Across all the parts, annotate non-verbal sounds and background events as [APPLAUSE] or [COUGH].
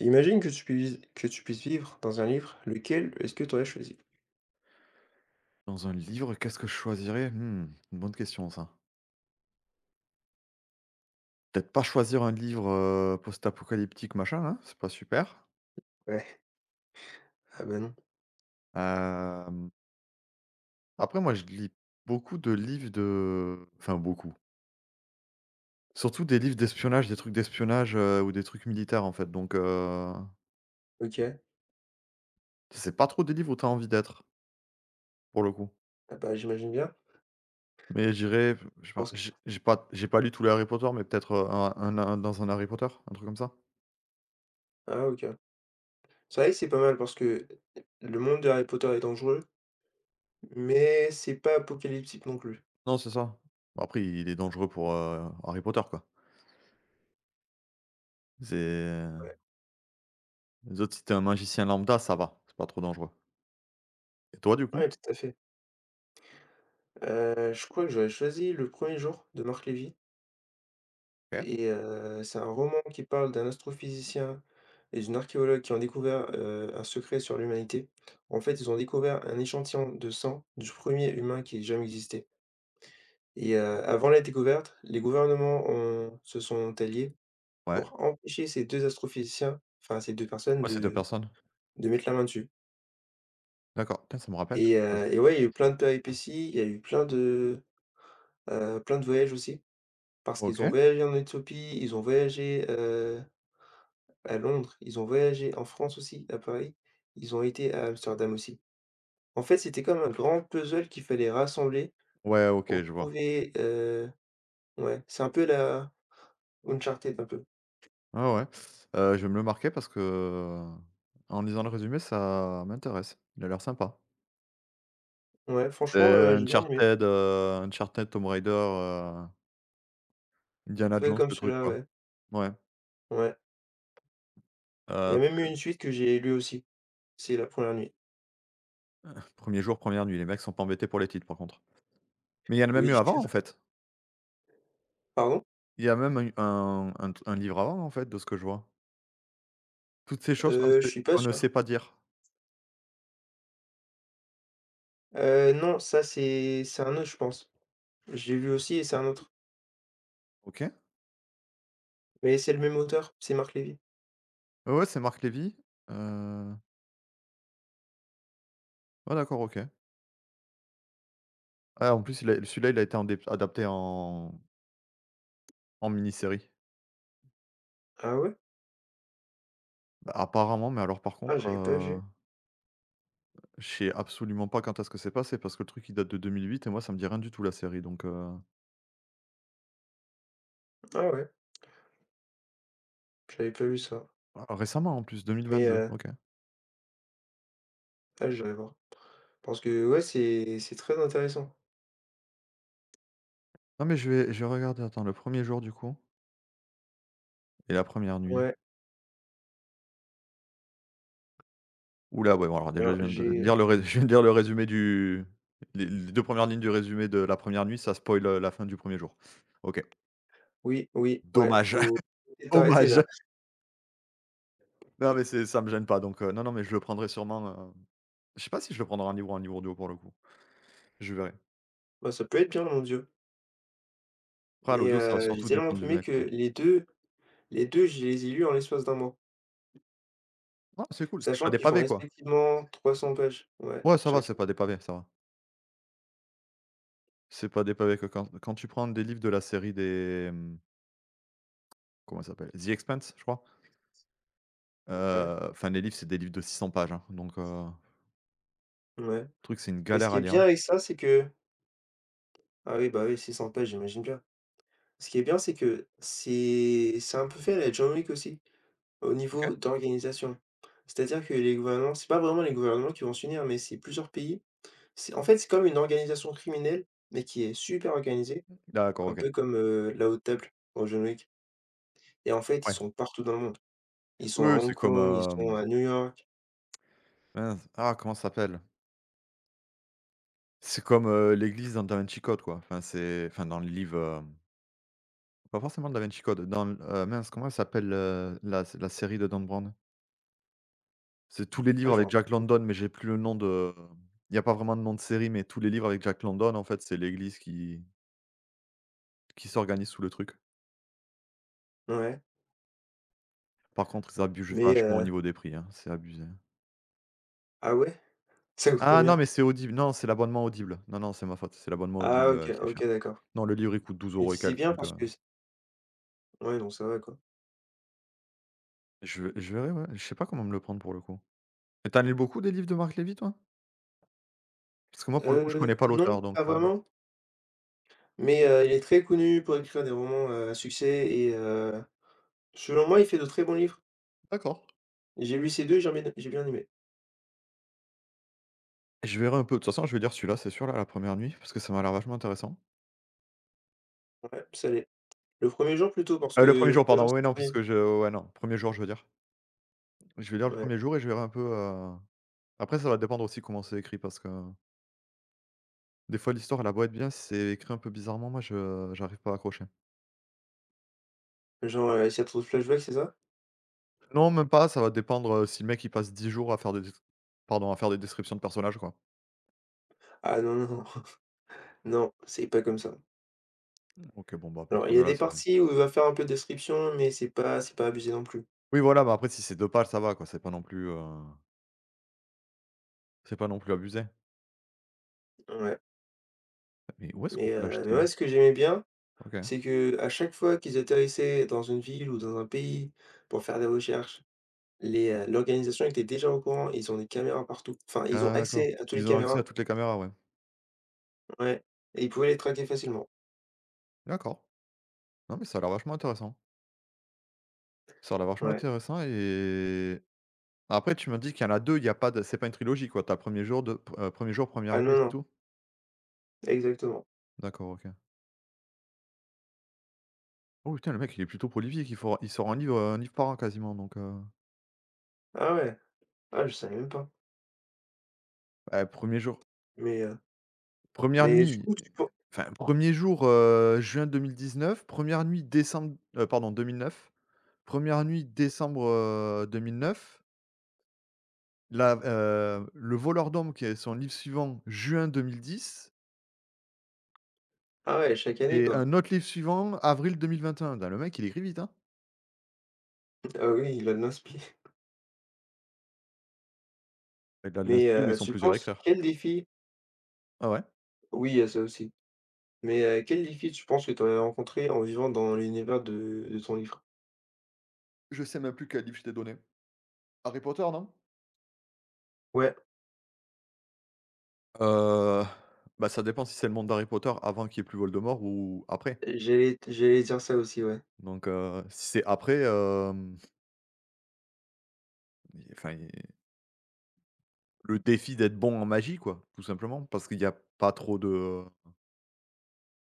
Imagine que tu puisses vivre dans un livre, lequel est-ce que tu aurais choisi? Dans un livre, qu'est-ce que je choisirais? Mmh, une bonne question ça. Peut-être pas choisir un livre, post-apocalyptique machin là, c'est pas super. Ouais, ah bah non. Hem, après moi je lis beaucoup de livres de enfin beaucoup. Surtout des livres d'espionnage, des trucs d'espionnage, ou des trucs militaires en fait donc OK. c'est pas trop des livres où tu as envie d'être, pour le coup. Ah bah, j'imagine bien Mais j'irais, je sais pas, parce que j'ai pas lu tous les Harry Potter mais peut-être, un dans un Harry Potter, un truc comme ça? ah OK. C'est vrai que c'est pas mal parce que le monde de Harry Potter est dangereux, mais c'est pas apocalyptique non plus. Non, c'est ça. Bah après, il est dangereux pour, Harry Potter quoi. C'est Ouais. Les autres, si t'es un magicien lambda, ça va, c'est pas trop dangereux. Et toi, du coup? Ouais, tout à fait. Je crois que j'aurais choisi «Le premier jour» de Marc Lévy OK. et c'est un roman qui parle d'un astrophysicien et d'une archéologue qui ont découvert, un secret sur l'humanité. En fait, ils ont découvert un échantillon de sang du premier humain qui ait jamais existé. Et avant la découverte, les gouvernements ont se sont alliés Ouais. pour empêcher ces 2 astrophysiciens, enfin ces 2 personnes Ouais, c'est 2 de personnes? Mettre la main dessus. D'accord. Putain, ça me rappelle quelque chose. Et ouais, il y a eu plein de péripéties, il y a eu plein de voyages aussi, parce qu'ils ont OK. voyagé en Éthiopie, ils ont voyagé, à Londres, ils ont voyagé en France aussi, à Paris, ils ont été à Amsterdam aussi. En fait, c'était comme un grand puzzle qu'il fallait rassembler Ouais, OK, pour je vois. trouver, ouais, c'est un peu la Uncharted un peu. Ah ouais. Je vais me le marquer parce que, en lisant le résumé, ça m'intéresse. Il a l'air sympa. Ouais, franchement, C'est j'ai bien aimé. Uncharted, Uncharted, Tomb Raider, Indiana Toi Jones, comme le truc, celui-là, quoi. ouais, Ouais. ouais. Il y a Parce même eu que une suite que j'ai lue aussi, c'est La Première Nuit. 1er jour, première nuit, les mecs sont pas embêtés pour les titres, par contre. Mais il y en a même Oui. eu avant, en fait. Pardon? Il y a même eu un livre avant, en fait, de ce que je vois. Toutes ces choses Je suis pas qu'on ne sait sûr. pas dire. Non, ça c'est un autre, je pense. Je l'ai lu aussi et c'est un autre. OK. Mais c'est le même auteur, c'est Marc Lévy. Ouais, ouais, c'est Marc Lévy, heu, ouais, d'accord, OK. Ah, en plus, il a celui-là, il a été en dé adapté en mini-série. Ah ouais? Bah, apparemment, mais alors par Ah contre, j'avais pas vu. Je sais absolument pas quand est-ce que c'est passé parce que le truc, il date de 2008 et moi, ça me dit rien du tout la série donc Ah ouais, j'avais pas vu ça. ah, récemment en plus, Mais, 2022, OK. ah je vais voir. Parce que ouais, c'est très intéressant. Non, mais je vais regarder, attends, le premier jour du coup et la première nuit. Ouais, Ouh là, ouais, bon alors déjà alors je viens de j'ai lire le rés [LAUGHS] je viens de lire le résumé du, les 2 1 lignes du résumé de La Première Nuit, ça spoil, la fin du premier jour. OK. oui, oui, ouais, Dommage, faut [LAUGHS] peut-être arrêter là. hommage. Non mais c'est ça me gêne pas donc non, non, mais je le prendrai sûrement, je sais pas si je le prendrai en livre ou en livre audio pour le coup, je verrai. Bah, ça peut être bien, mon Dieu. Après à Mais, l'audio, ça va j'ai surtout tellement dépendre du fumé mec, que quoi. Les 2 je les ai lus en l'espace d'un mois. Non, c'est cool, c'est pas Sachant des qu'ils font pavés, quoi. respectivement 300 pages, ouais, Ouais, ça va, c'est chacun, pas des pavés, ça va. C'est pas des pavés que quand tu prends des livres de la série des, comment ça s'appelle? The Expanse, je crois, ouais, enfin les livres, c'est des livres de 600 pages, hein, donc le ouais truc, c'est une et ce galère qui à est lire. bien avec ça, c'est que ah oui, bah oui, 600 pages, j'imagine bien. Ce qui est bien, c'est que c'est un peu fait à la John Wick aussi, au OK. niveau d'organisation. C'est-à-dire que les gouvernements c'est pas vraiment les gouvernements qui vont s'unir, mais c'est plusieurs pays. C'est en fait, c'est comme une organisation criminelle, mais qui est super organisée, D'accord, un OK. peu comme, la Haute Table au John Wick et en fait, ils Ouais. sont partout dans le monde. Ils sont Oui, à oui, Hong c'est comme, Kong, ils sont à New York, mince, ah comment ça s'appelle? C'est comme, l'église dans Da Vinci Code, quoi. Enfin, c'est, enfin, dans le livre, pas forcément Da Vinci Code, dans l mince, comment elle s'appelle, la série de Dan Brown? C'est tous les ah livres je me avec rappelle, Jack London, mais j'ai plus le nom de il y a pas vraiment de nom de série, mais tous les livres avec Jack London, en fait, c'est l'église qui s'organise sous le truc. ouais, Par contre, ils abusent mais vachement au niveau des prix, hein, c'est abusé. ah ouais? Ça coûte Ah non, combien? mais c'est Audible. Non, c'est l'abonnement Audible. Non, non, c'est ma faute. C'est l'abonnement Ah Audible, OK, qui est OK, cher. d'accord. Non, le livre, il coûte 12 Mais euros tu et sais quelques, bien donc, parce que c ouais, donc ça va, quoi. Je verrai, ouais. Je sais pas comment me le prendre pour le coup. Et t'en lis beaucoup, des livres de Marc Levy, toi? Parce que moi, pour le coup, je connais pas Non, l'auteur, donc pas vraiment, mais il est très connu pour écrire des romans, à succès et selon moi, il fait de très bons livres. D'accord. J'ai lu ces 2 j'ai bien aimé. Je verrai un peu. De toute façon, je vais lire celui-là, c'est sûr, là, la première nuit, parce que ça m'a l'air vachement intéressant. Ouais, ça l'est. Le premier jour plutôt parce que Le premier le jour, premier jour, pardon. c'est Oui, non, trop parce bien. que je ouais, non, Premier jour, je veux dire. Je vais lire le Ouais, premier jour et je verrai un peu, après, ça va dépendre aussi comment c'est écrit, parce que des fois, l'histoire, elle a beau être bien, si c'est écrit un peu bizarrement, moi, je j'arrive pas à accrocher. genre, s'il y a trop de flashbacks, c'est ça? Non, même pas, ça va dépendre, si le mec, il passe 10 jours à faire des, pardon, à faire des descriptions de personnages, quoi. Ah non, non, [LAUGHS] non, non, c'est pas comme ça. Mmh, OK, bon, bah, à Alors partir il y de a là, des c'est parties où il va faire un peu de description, mais c'est pas abusé non plus. oui, voilà, bah, après si c'est deux dopage, ça va quoi, c'est pas non plus, c'est pas non plus abusé. Ouais, Mais où est-ce qu'on peut mais l'acheter? ouais, ce que j'aimais bien OK. c'est que à chaque fois qu'ils atterrissaient dans une ville ou dans un pays pour faire des recherches, les, l'organisation était déjà au courant, ils ont des caméras partout. Enfin, ils ont D'accord. accès à tous les Ils ont accès à caméras toutes les caméras, ouais. ouais et ils pouvaient les traquer facilement. D'accord. Non, mais ça a l'air vachement intéressant. Ça a l'air vachement Ouais. intéressant et après tu m'as dit qu'il y en a deux, il y a pas de, c'est pas une trilogie quoi, t'as premier jour, de premier jour, Ah première non, nuit et c'est non, tout? exactement. D'accord, OK. Oh putain, le mec il est plutôt prolifique, il sort un livre par an quasiment donc Ah ouais, ah je savais même pas. bah, 1 jour Mais, heu, première mais du nuit, coup, tu penses. enfin premier er jour, juin 19, première nuit décembre pardon, 2009, première nuit décembre, 2009, la le Voleur d'Hommes qui est son livre suivant, juin 2010, Ah ouais, chaque année et quoi. un autre livre suivant, avril 2021. Putain, le mec, il écrit vite, hein. [LAUGHS] Ah oui, la NASPI. [LAUGHS] Il a de Mais, l'inspi où ils sont tu plusieurs à penses écrire. quel défi Ah ouais. oui, il y a ça aussi. Mais, quel défi tu penses que tu aurais rencontré en vivant dans l'univers de ton livre? Je sais même plus quel livre je t'ai donné. Harry Potter, non? Ouais. Heu, bah, ça dépend si c'est le monde d'Harry Potter avant qu'il y ait plus Voldemort ou après. J'allais dire ça aussi, ouais. Donc si c'est après, Il enfin, il le défi d'être bon en magie, quoi, tout simplement, parce qu'il y a pas trop de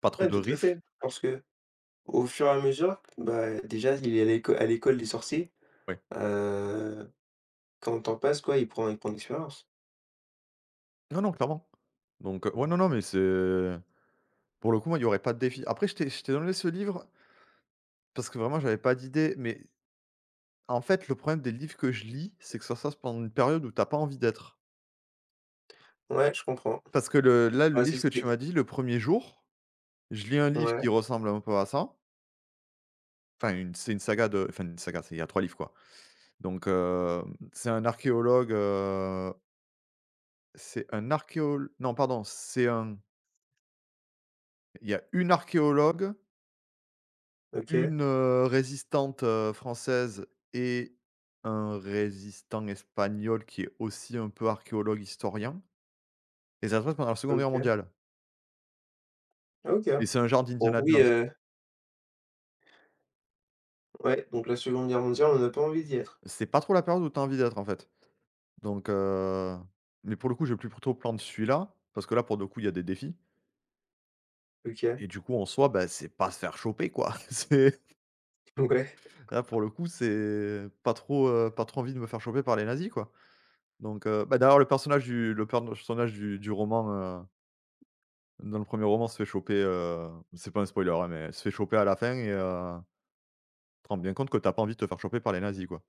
pas trop Ouais, de tout à Mmh. fait, risques. parce que au fur et à mesure, bah, déjà, il est à l'éco à l'école des sorciers, Ouais. heu, quand le temps passe, quoi, il prend de l'expérience. Non, non, clairement. Donc, ouais, non, non, mais c'est pour le coup, moi, il y aurait pas de défi. Après, je t'ai donné ce livre parce que vraiment, j'avais pas d'idée, mais en fait, le problème des livres que je lis, c'est que ça se passe pendant une période où t'as pas envie d'être. Ouais, je comprends. Parce que le Ouais, livre que tu c'est m'as dit, le premier jour, je lis un livre ouais, qui ressemble un peu à ça. Enfin, une c'est une saga de enfin, une saga, c'est, il y a 3 livres, quoi. Donc, c'est un archéologue, c'est un archéol, non, pardon, c'est un il y a une archéologue, OK, une, résistante, française et un résistant espagnol qui est aussi un peu archéologue historien et ça se passe pendant la Seconde Guerre OK, mondiale OK. et c'est un genre Donc d'Indiana oui, Jones. Ouais, donc la seconde de Guerre mondiale, on n'a pas envie d'y être. C'est pas trop la période où t'as envie d'être en fait. Donc mais pour le coup, j'ai plus plutôt plan de celui-là, parce que là, pour le coup, il y a des défis OK, et du coup, en soi, bah, c'est pas se faire choper quoi. [LAUGHS] C'est [LAUGHS] ouais. là, pour le coup, c'est pas trop envie de me faire choper par les nazis, quoi. Donc bah, d'ailleurs le personnage du roman, dans le premier roman se fait choper, c'est pas un spoiler, hein, mais se fait choper à la fin et tu te rends bien compte que t'as pas envie de te faire choper par les nazis, quoi.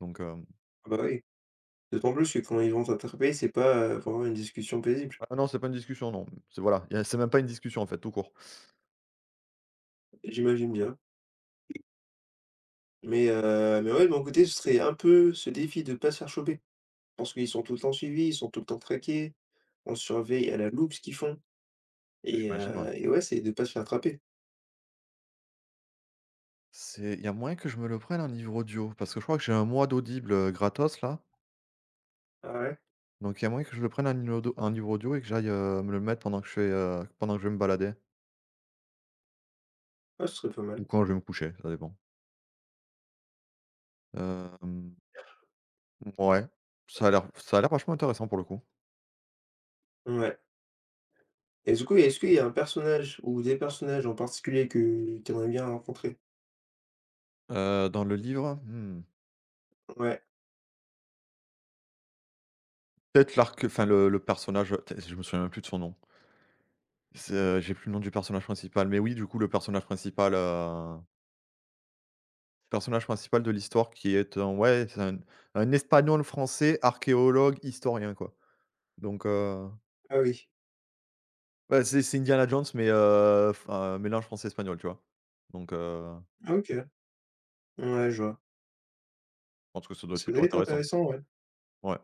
Donc Ah bah, oui, d'autant plus que quand ils vont t'attraper, c'est pas, pour avoir une discussion paisible. ah non, c'est pas une discussion, non. C'est, voilà, y a c'est même pas une discussion, en fait, tout court. J'imagine bien, mais ouais, de mon côté, ce serait un peu ce défi de pas se faire choper. Parce qu'ils sont tout le temps suivis, ils sont tout le temps traqués. On surveille à la loupe ce qu'ils font J'imagine, ouais. Et ouais, c'est de pas se faire attraper. C'est il y a moyen que je me le prenne en livre audio parce que je crois que j'ai un mois d'audible, gratos là, Ah ouais? donc il y a moyen que je le prenne en livre audio et que j'aille, me le mettre pendant que je vais me balader Ouais, ce serait pas mal. ou quand je vais me coucher, ça dépend. Hem Ouais, ça a l'air vachement intéressant pour le coup. Ouais et du coup, est-ce qu'il y a un personnage ou des personnages en particulier que tu aimerais bien rencontrer? Dans le livre, Ouais. peut-être l'arc enfin le personnage, t je me souviens même plus de son nom. C'est, j'ai plus le nom du personnage principal, mais oui, du coup, le personnage principal de l'histoire qui est un ouais, c'est un espagnol français, archéologue, historien, quoi. Donc, Ah oui. bah, c'est Indiana Jones, mais, f mélange français-espagnol, tu vois? Donc, Ah, OK. Ouais, je vois. je pense que ça doit être Ça doit plutôt être intéressant. intéressant, ouais. Ouais.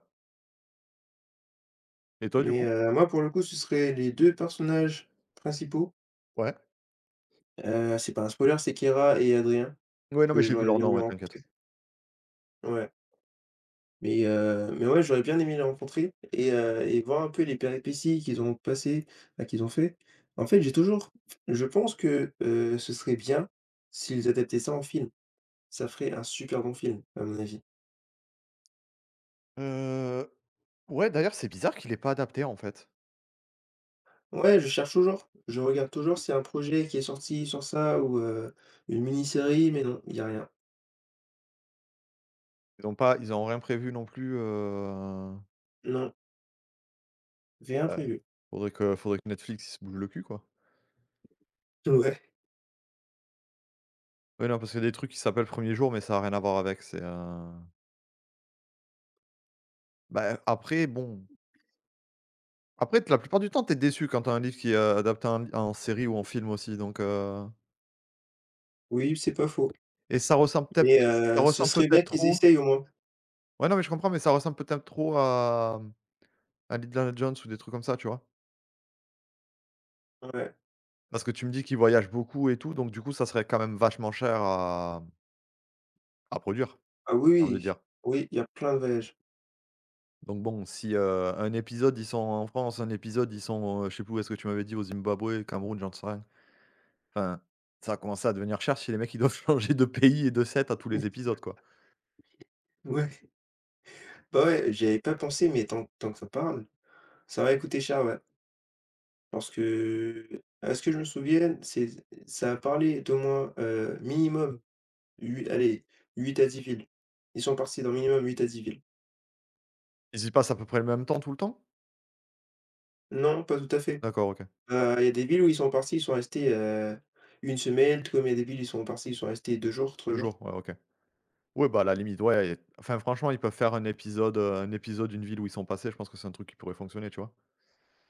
Et toi, du Mais coup? Moi, pour le coup, ce seraient les 2 personnages principaux. Ouais? C'est pas un spoiler, c'est Kera et Adrien, Ouais, non, mais que j'ai vu j'aurais leur bien nom, aimé ouais, t'inquiète. rencontrer. Ouais. Mais ouais, j'aurais bien aimé les rencontrer et voir un peu les péripéties qu'ils ont passées, enfin qu'ils ont fait. En fait, j'ai toujours je pense que, ce serait bien s'ils adaptaient ça en film. Ça ferait un super bon film, à mon avis. Heu Ouais, d'ailleurs, c'est bizarre qu'il ait pas adapté, en fait. Ouais, je cherche toujours. Je regarde toujours s'il y a un projet qui est sorti sur ça ou, une mini-série, mais non, il y a rien. Ils ont rien prévu non plus, Non, rien bah, prévu. faudrait que Netflix, ils se bougent le cul, quoi. Ouais, Ouais, non, parce qu'il y a des trucs qui s'appellent 1er jour, mais ça a rien à voir avec, bah, après, bon, après la plupart du temps, t'es déçu quand t'as un livre qui est, adapté en série ou en film aussi, donc oui, c'est pas faux. et ça ressemble peut-être Mais ça ce ressemble serait bien peut-être qu'ils trop, essayent au moins. ouais, non, mais je comprends, mais ça ressemble peut-être trop à, à Indiana Jones ou des trucs comme ça, tu vois? Ouais. Parce que tu me dis qu'il voyage beaucoup et tout, donc du coup, ça serait quand même vachement cher à produire. Ah oui, Viens de oui, dire. oui, il y a plein de voyages. Donc bon, si, un épisode, ils sont en France, un épisode, ils sont, je sais plus où est-ce que tu m'avais dit, au Zimbabwe, Cameroun, j'en sais rien. Enfin, ça va commencer à devenir cher si les mecs, ils doivent [LAUGHS] changer de pays et de set à tous les [LAUGHS] épisodes, quoi. Ouais. Bah, ouais, j'y avais pas pensé, mais tant tant que ça parle ça va coûter cher, ouais. Parce que, à ce que je me souvienne, c'est ça a parlé d'au moins, minimum 8 allez, 8 à 10 villes. Ils sont partis d'un minimum huit à 10 villes. Ils y passent à peu près le même temps tout le temps? Non, pas tout à fait. D'accord, OK. Il y a des villes où ils sont partis, ils sont restés, 1 semaine, tout comme il y a des villes, ils sont partis, ils sont restés 2 jours, 3 2 jours. jours, ouais, OK. Ouais, bah, à la limite, ouais et enfin, franchement, ils peuvent faire un épisode d'une ville où ils sont passés, je pense que c'est un truc qui pourrait fonctionner, tu vois?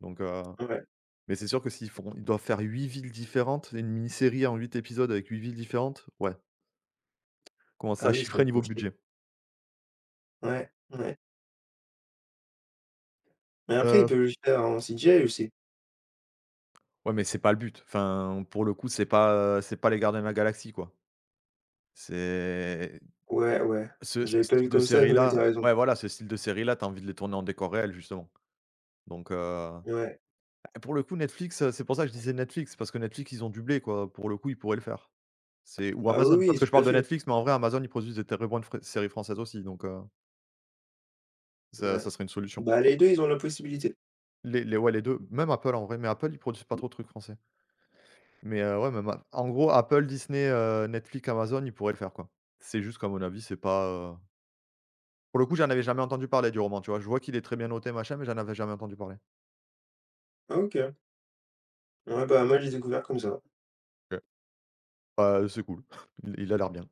Donc Ouais. mais c'est sûr que s'ils font ils doivent faire 8 villes différentes, une mini-série en 8 épisodes avec 8 villes différentes, ouais. Comment ça Ah à oui, ça va chiffrer être niveau compliqué. budget? Ouais, ouais. Mais après, ils peuvent le faire en CGI aussi. Ouais, mais c'est pas le but. Enfin, pour le coup, c'est pas les gardiens de la galaxie, quoi. C'est Ouais, ouais. ce J'avais pas vu style de comme ça, mais ouais, tu série-là, raison. ouais, voilà, ce style de série-là, t'as envie de les tourner en décor réel, justement. Donc, Ouais. pour le coup, Netflix, c'est pour ça que je disais Netflix, parce que Netflix, ils ont du blé, quoi. Pour le coup, ils pourraient le faire. C'est Ou Ah Amazon, oui, parce que oui, je tout parle à de fait. Netflix, mais en vrai, Amazon, ils produisent des très bonnes fr séries françaises aussi, donc, ça Ouais. ça serait une solution. Bah, les 2 ils ont la possibilité. Les Ouais, les 2 même Apple, en vrai, mais Apple, ils produisent pas trop de trucs français. Mais ouais, même a en gros, Apple, Disney, Netflix, Amazon, ils pourraient le faire, quoi. C'est juste qu'à mon avis, c'est pas, heu pour le coup, j'en avais jamais entendu parler du roman, tu vois? Je vois qu'il est très bien noté, machin, mais j'en avais jamais entendu parler. Ah, OK. Ouais, bah, moi, j'ai découvert comme ça. OK. Bah, c'est cool. [LAUGHS] Il a l'air bien.